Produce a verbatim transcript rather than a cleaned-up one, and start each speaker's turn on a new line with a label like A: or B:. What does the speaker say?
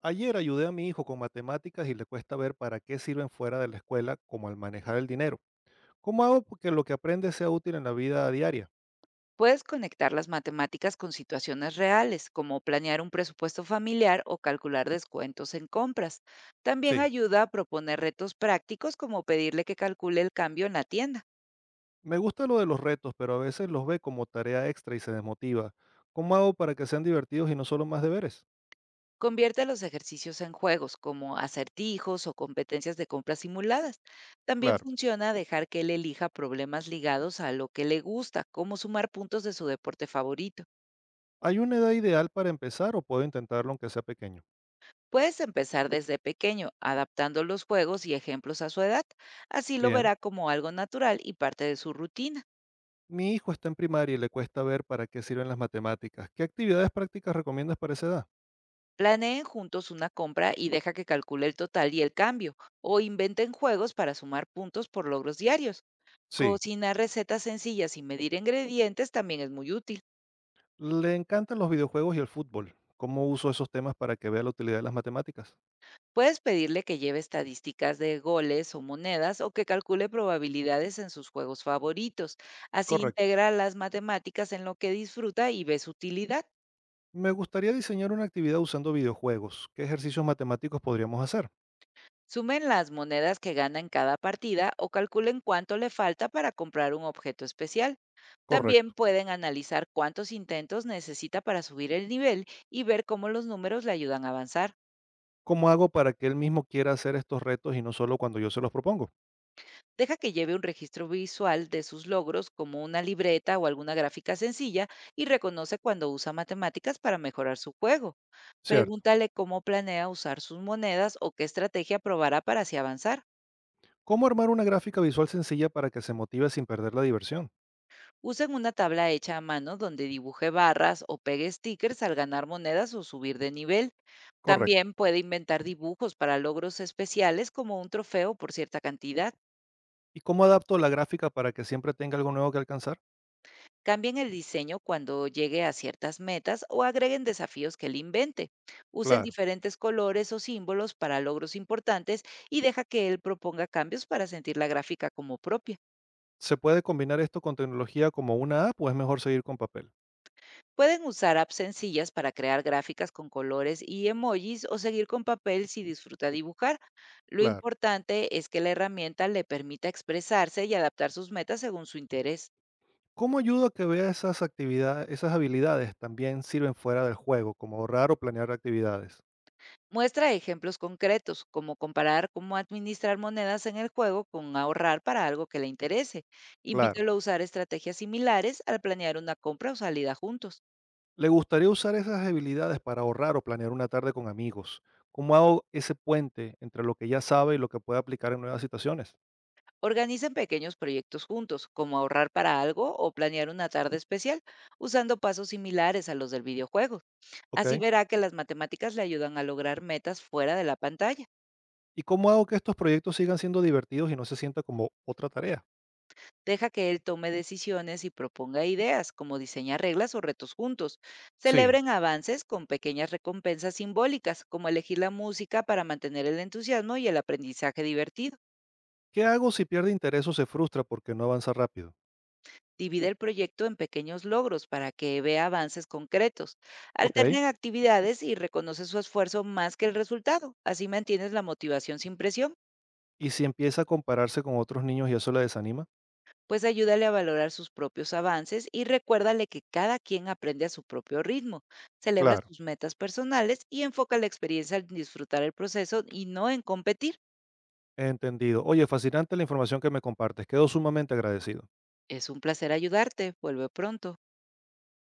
A: Ayer ayudé a mi hijo con matemáticas y le cuesta ver para qué sirven fuera de la escuela, como al manejar el dinero. ¿Cómo hago porque lo que aprende sea útil en la vida diaria?
B: Puedes conectar las matemáticas con situaciones reales, como planear un presupuesto familiar o calcular descuentos en compras. También
A: Sí,
B: ayuda a proponer retos prácticos como pedirle que calcule el cambio en la tienda.
A: me gusta lo de los retos, pero a veces los ve como tarea extra y se desmotiva. ¿Cómo hago para que sean divertidos y no solo más deberes?
B: Convierte los ejercicios en juegos, como acertijos o competencias de compras simuladas. También
A: Claro,
B: funciona dejar que él elija problemas ligados a lo que le gusta, como sumar puntos de su deporte favorito.
A: ¿hay una edad ideal para empezar o puedo intentarlo aunque sea pequeño?
B: Puedes empezar desde pequeño, adaptando los juegos y ejemplos a su edad. Así lo
A: Bien,
B: verá como algo natural y parte de su rutina.
A: mi hijo está en primaria y le cuesta ver para qué sirven las matemáticas. ¿Qué actividades prácticas recomiendas para esa edad?
B: Planeen juntos una compra y deja que calcule el total y el cambio, o inventen juegos para sumar puntos por logros diarios.
A: Sí.
B: Cocinar recetas sencillas y medir ingredientes también es muy útil.
A: Le encantan los videojuegos y el fútbol. ¿Cómo uso esos temas para que vea la utilidad de las matemáticas?
B: Puedes pedirle que lleve estadísticas de goles o monedas o que calcule probabilidades en sus juegos favoritos. Así
A: Correcto.
B: integra las matemáticas en lo que disfruta y ve su utilidad.
A: Me gustaría diseñar una actividad usando videojuegos. ¿Qué ejercicios matemáticos podríamos hacer?
B: Sumen las monedas que gana en cada partida o calculen cuánto le falta para comprar un objeto especial. También
A: Correcto.
B: pueden analizar cuántos intentos necesita para subir el nivel y ver cómo los números le ayudan a avanzar.
A: ¿Cómo hago para que él mismo quiera hacer estos retos y no solo cuando yo se los propongo?
B: Deja que lleve un registro visual de sus logros, como una libreta o alguna gráfica sencilla, y reconoce cuando usa matemáticas para mejorar su juego.
A: Cierto.
B: Pregúntale cómo planea usar sus monedas o qué estrategia probará para así avanzar.
A: ¿Cómo armar una gráfica visual sencilla para que se motive sin perder la diversión?
B: Usen una tabla hecha a mano donde dibuje barras o pegue stickers al ganar monedas o subir de nivel.
A: Correcto.
B: También puede inventar dibujos para logros especiales, como un trofeo por cierta cantidad.
A: ¿Y cómo adapto la gráfica para que siempre tenga algo nuevo que alcanzar?
B: Cambien el diseño cuando llegue a ciertas metas o agreguen desafíos que él invente. Usen
A: Claro.
B: diferentes colores o símbolos para logros importantes, y deja que él proponga cambios para sentir la gráfica como propia.
A: ¿Se puede combinar esto con tecnología como una app o es mejor seguir con papel?
B: Pueden usar apps sencillas para crear gráficas con colores y emojis, o seguir con papel si disfruta dibujar. Lo
A: Claro.
B: importante es que la herramienta le permita expresarse y adaptar sus metas según su interés.
A: ¿Cómo ayuda que vea esas actividades, esas habilidades también sirven fuera del juego, como ahorrar o planear actividades?
B: Muestra ejemplos concretos, como comparar cómo administrar monedas en el juego con ahorrar para algo que le interese.
A: Claro.
B: Invítelo a usar estrategias similares al planear una compra o salida juntos.
A: Le gustaría usar esas habilidades para ahorrar o planear una tarde con amigos. ¿Cómo hago ese puente entre lo que ya sabe y lo que puede aplicar en nuevas situaciones?
B: Organicen pequeños proyectos juntos, como ahorrar para algo o planear una tarde especial, usando pasos similares a los del videojuego. Así
A: ¿Ok?
B: verá que las matemáticas le ayudan a lograr metas fuera de la pantalla.
A: ¿Y cómo hago que estos proyectos sigan siendo divertidos y no se sienta como otra tarea?
B: Deja que él tome decisiones y proponga ideas, como diseñar reglas o retos juntos.
A: Sí.
B: Celebren avances con pequeñas recompensas simbólicas, como elegir la música, para mantener el entusiasmo y el aprendizaje divertido.
A: ¿Qué hago si pierde interés o se frustra porque no avanza rápido?
B: Divide el proyecto en pequeños logros para que vea avances concretos.
A: ¿Ok?
B: Alternen actividades y reconoce su esfuerzo más que el resultado. Así mantienes la motivación sin presión,
A: ¿Y si empieza a compararse con otros niños y eso le desanima?
B: pues ayúdale a valorar sus propios avances y recuérdale que cada quien aprende a su propio ritmo. Celebra
A: Claro.
B: sus metas personales y enfoca la experiencia en disfrutar el proceso y no en competir.
A: Entendido. Oye, fascinante la información que me compartes. Quedo sumamente agradecido.
B: Es un placer ayudarte. Vuelve pronto.